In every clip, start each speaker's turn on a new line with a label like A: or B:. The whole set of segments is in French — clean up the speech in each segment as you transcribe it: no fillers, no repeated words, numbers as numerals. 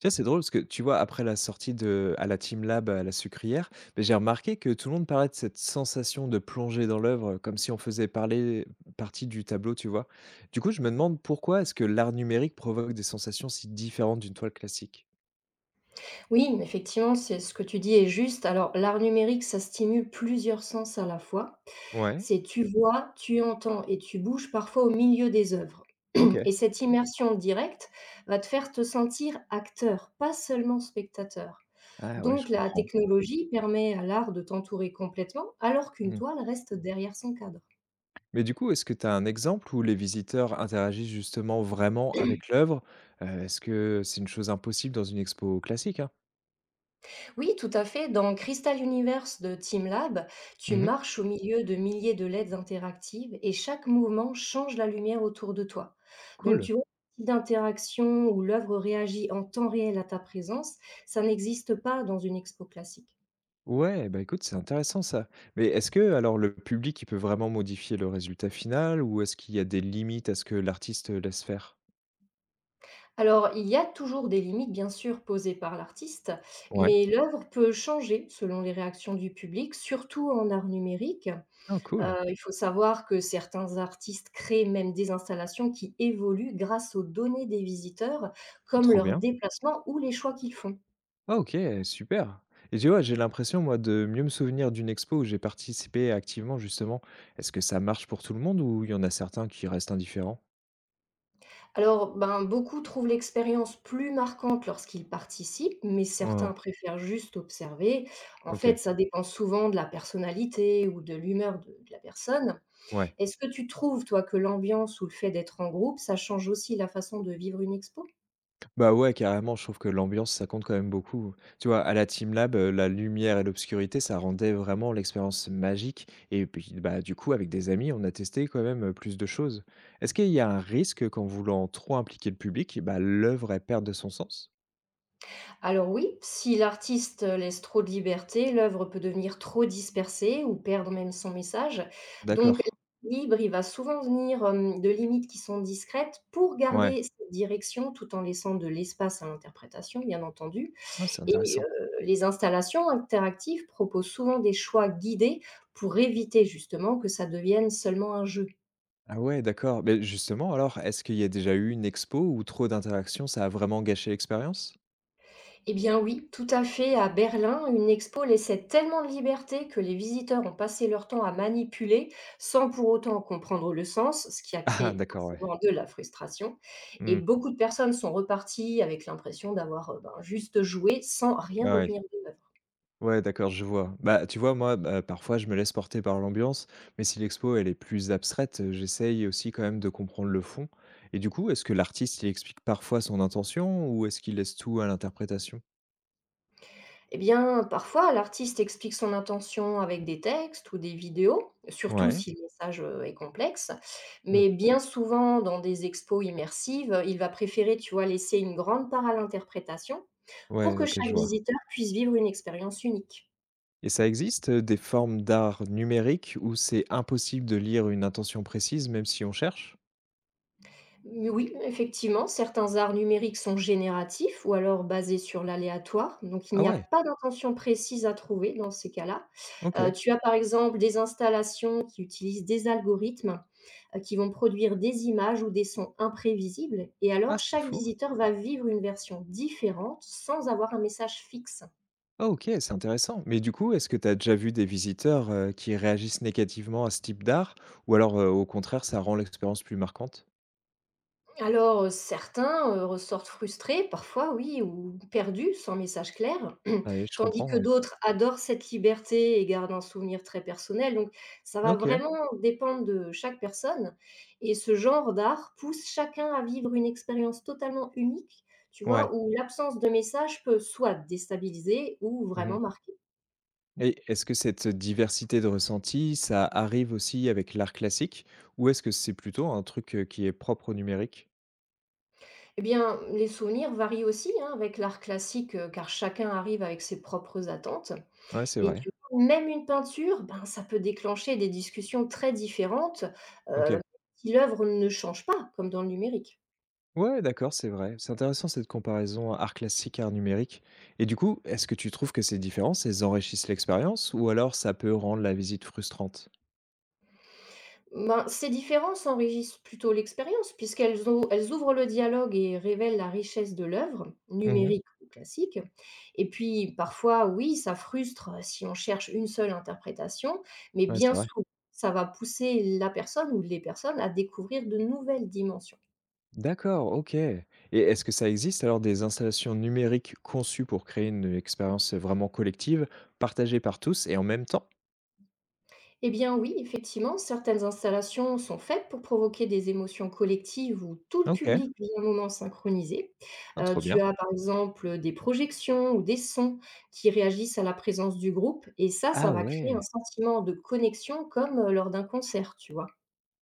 A: Tu sais, c'est drôle parce que tu vois, après la sortie de à la Teamlab à la Sucrière, beh, j'ai remarqué que tout le monde parlait de cette sensation de plonger dans l'œuvre, comme si on faisait parler partie du tableau, tu vois? Du coup, je me demande pourquoi est-ce que l'art numérique provoque des sensations si différentes d'une toile classique?
B: Oui, effectivement, c'est ce que tu dis est juste. Alors, l'art numérique, ça stimule plusieurs sens à la fois.
A: Ouais,
B: C'est tu vois, tu entends et tu bouges parfois au milieu des œuvres.
A: OK.
B: Et cette immersion directe va te faire te sentir acteur, pas seulement spectateur.
A: Ah ouais, je
B: Donc, la
A: comprends.
B: technologie permet à l'art de t'entourer complètement, alors qu'une
A: Mmh.
B: toile reste derrière son cadre.
A: Mais du coup, est-ce que tu as un exemple où les visiteurs interagissent justement vraiment avec l'œuvre? Est-ce que c'est une chose impossible dans une expo classique, hein?
B: Oui, tout à fait. Dans Crystal Universe de TeamLab, tu
A: Mmh.
B: marches au milieu de milliers de LED interactives et chaque mouvement change la lumière autour de toi. Donc,
A: Cool.
B: tu vois, le type d'interaction où l'œuvre réagit en temps réel à ta présence, ça n'existe pas dans une expo classique.
A: Ouais, bah, écoute, c'est intéressant ça. Mais est-ce que alors le public, il peut vraiment modifier le résultat final ou est-ce qu'il y a des limites à ce que l'artiste laisse faire?
B: Alors, il y a toujours des limites, bien sûr, posées par l'artiste,
A: Ouais.
B: mais l'œuvre peut changer selon les réactions du public, surtout en art numérique.
A: Ah cool,
B: Il faut savoir que certains artistes créent même des installations qui évoluent grâce aux données des visiteurs, comme
A: trop
B: leurs
A: bien.
B: déplacements ou les choix qu'ils font.
A: Ah OK, super. Et tu vois, j'ai l'impression moi de mieux me souvenir d'une expo où j'ai participé activement justement. Est-ce que ça marche pour tout le monde ou il y en a certains qui restent indifférents?
B: Alors, ben, beaucoup trouvent l'expérience plus marquante lorsqu'ils participent, mais certains
A: Oh,
B: préfèrent juste observer. En
A: OK,
B: fait, ça dépend souvent de la personnalité ou de l'humeur de la personne.
A: ouais.
B: Est-ce que tu trouves, toi, que l'ambiance ou le fait d'être en groupe, ça change aussi la façon de vivre une expo?
A: Bah, ouais, carrément, je trouve que l'ambiance, ça compte quand même beaucoup. Tu vois, à la TeamLab, la lumière et l'obscurité, ça rendait vraiment l'expérience magique et puis, bah, du coup, avec des amis, on a testé quand même, plus de choses. Est-ce qu'il y a un risque qu'en voulant trop impliquer le public, bah, l'œuvre, elle perde de son sens?
B: Alors oui, si l'artiste laisse trop de liberté, l'œuvre peut devenir trop dispersée ou perdre même son message. Donc
A: D'accord,
B: libre, il va souvent venir de limites qui sont discrètes pour
A: ouais.
B: garder cette direction tout en laissant de l'espace à l'interprétation, bien entendu.
A: Non, c'est
B: Et
A: intéressant.
B: les installations interactives proposent souvent des choix guidés pour éviter justement que ça devienne seulement un jeu.
A: Ah ouais, d'accord. Mais justement, alors, est-ce qu'il y a déjà eu une expo où trop d'interactions, ça a vraiment gâché l'expérience?
B: Eh bien oui, tout à fait. À Berlin, une expo laissait tellement de liberté que les visiteurs ont passé leur temps à manipuler sans pour autant comprendre le sens, ce qui a
A: Ah
B: créé
A: d'accord, ouais.
B: forcément de la frustration. Et
A: Hmm.
B: beaucoup de personnes sont reparties avec l'impression d'avoir ben, juste joué sans
A: Ouais,
B: rien
A: ouais.
B: retenir de neuf.
A: Ouais, d'accord, je vois. Bah, tu vois, moi, bah, parfois, je me laisse porter par l'ambiance, mais si l'expo, elle est plus abstraite, j'essaye aussi quand même de comprendre le fond. Et du coup, est-ce que l'artiste, il explique parfois son intention ou est-ce qu'il laisse tout à l'interprétation?
B: Eh bien, parfois, l'artiste explique son intention avec des textes ou des vidéos, surtout
A: Ouais.
B: si le message est complexe.
A: Hmm.
B: Mais bien souvent, dans des expos immersives, il va préférer, tu vois, laisser une grande part à l'interprétation pour
A: Ouais,
B: que
A: ok, je
B: chaque
A: vois.
B: visiteur puisse vivre une expérience unique.
A: Et ça existe, des formes d'art numérique où c'est impossible de lire une intention précise, même si on cherche?
B: Mais oui, effectivement, certains arts numériques sont génératifs ou alors basés sur l'aléatoire, donc il
A: Ah
B: n'y a
A: ouais,
B: pas d'intention précise à trouver dans ces cas-là.
A: ok.
B: Tu as par exemple des installations qui utilisent des algorithmes qui vont produire des images ou des sons imprévisibles et
A: Ah,
B: alors
A: c'est
B: chaque
A: fou.
B: visiteur va vivre une version différente sans avoir un message fixe.
A: Ah OK, c'est intéressant. Mais du coup, est-ce que tu as déjà vu des visiteurs, qui réagissent négativement à ce type d'art? Ou alors, au contraire, ça rend l'expérience plus marquante?
B: Alors, certains, ressortent frustrés parfois, oui, ou perdus, sans message clair,
A: Ouais, je
B: tandis
A: comprends,
B: que
A: ouais.
B: d'autres adorent cette liberté et gardent un souvenir très personnel, donc ça va
A: OK,
B: vraiment dépendre de chaque personne et ce genre d'art pousse chacun à vivre une expérience totalement unique, tu vois?
A: ouais.
B: Où l'absence de message peut soit déstabiliser ou
A: Mmh.
B: vraiment marquer.
A: Et est-ce que cette diversité de ressentis, ça arrive aussi avec l'art classique? Ou est-ce que c'est plutôt un truc, qui est propre au numérique?
B: Eh bien, les souvenirs varient aussi hein, avec l'art classique, car chacun arrive avec ses propres attentes.
A: Ouais, c'est
B: Et
A: vrai.
B: tu vois, même une peinture, ben, ça peut déclencher des discussions très différentes euh,
A: OK.
B: si l'œuvre ne change pas, comme dans le numérique.
A: Ouais, d'accord, c'est vrai. C'est intéressant cette comparaison art classique, art numérique. Et du coup, est-ce que tu trouves que ces différences, elles enrichissent l'expérience ou alors ça peut rendre la visite frustrante?
B: Ben, ces différences enrichissent plutôt l'expérience, puisqu'elles ouvrent le dialogue et révèlent la richesse de l'œuvre,
A: Mmh.
B: numérique ou classique. Et puis, parfois, oui, ça frustre si on cherche une seule interprétation, mais
A: Ouais, c'est
B: bien
A: vrai.
B: souvent, ça va pousser la personne ou les personnes à découvrir de nouvelles dimensions.
A: D'accord, OK. Et est-ce que ça existe alors des installations numériques conçues pour créer une expérience vraiment collective, partagée par tous et en même temps?
B: Eh bien oui, effectivement, certaines installations sont faites pour provoquer des émotions collectives où tout le
A: OK,
B: public vit un moment synchronisé.
A: ah, trop
B: Tu
A: bien.
B: as par exemple des projections ou des sons qui réagissent à la présence du groupe et ça
A: Ah
B: va créer
A: ouais,
B: un sentiment de connexion comme lors d'un concert, tu vois.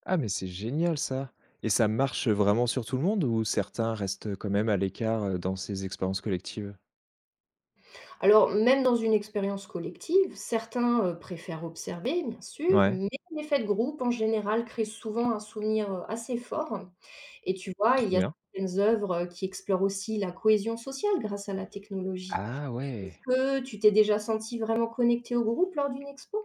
A: ah mais c'est génial ça. Et ça marche vraiment sur tout le monde ou certains restent quand même à l'écart dans ces expériences collectives?
B: Alors même dans une expérience collective, certains préfèrent observer, bien sûr,
A: Ouais,
B: mais l'effet de groupe en général crée souvent un souvenir assez fort. Et tu vois, il
A: trop
B: y a
A: bien.
B: certaines œuvres qui explorent aussi la cohésion sociale grâce à la technologie.
A: Ah
B: Est-ce
A: ouais.
B: que tu t'es déjà senti vraiment connecté au groupe lors d'une expo?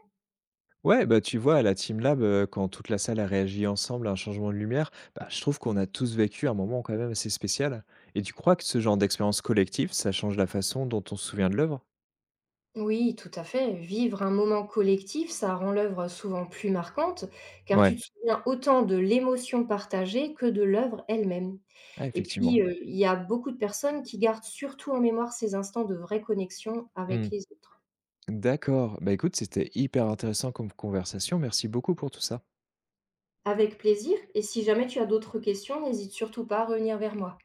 A: Ouais, bah, tu vois, à la Team Lab, quand toute la salle a réagi ensemble à un changement de lumière, bah, je trouve qu'on a tous vécu un moment quand même assez spécial. Et tu crois que ce genre d'expérience collective, ça change la façon dont on se souvient de l'œuvre?
B: Oui, tout à fait. Vivre un moment collectif, ça rend l'œuvre souvent plus marquante, car tu
A: Ouais,
B: te souviens autant de l'émotion partagée que de l'œuvre elle-même.
A: ah,
B: Et puis,
A: effectivement.
B: il y a beaucoup de personnes qui gardent surtout en mémoire ces instants de vraie connexion avec
A: Mmh.
B: les autres.
A: D'accord. Bah, écoute, c'était hyper intéressant comme conversation. Merci beaucoup pour tout ça.
B: Avec plaisir, et si jamais tu as d'autres questions, n'hésite surtout pas à revenir vers moi.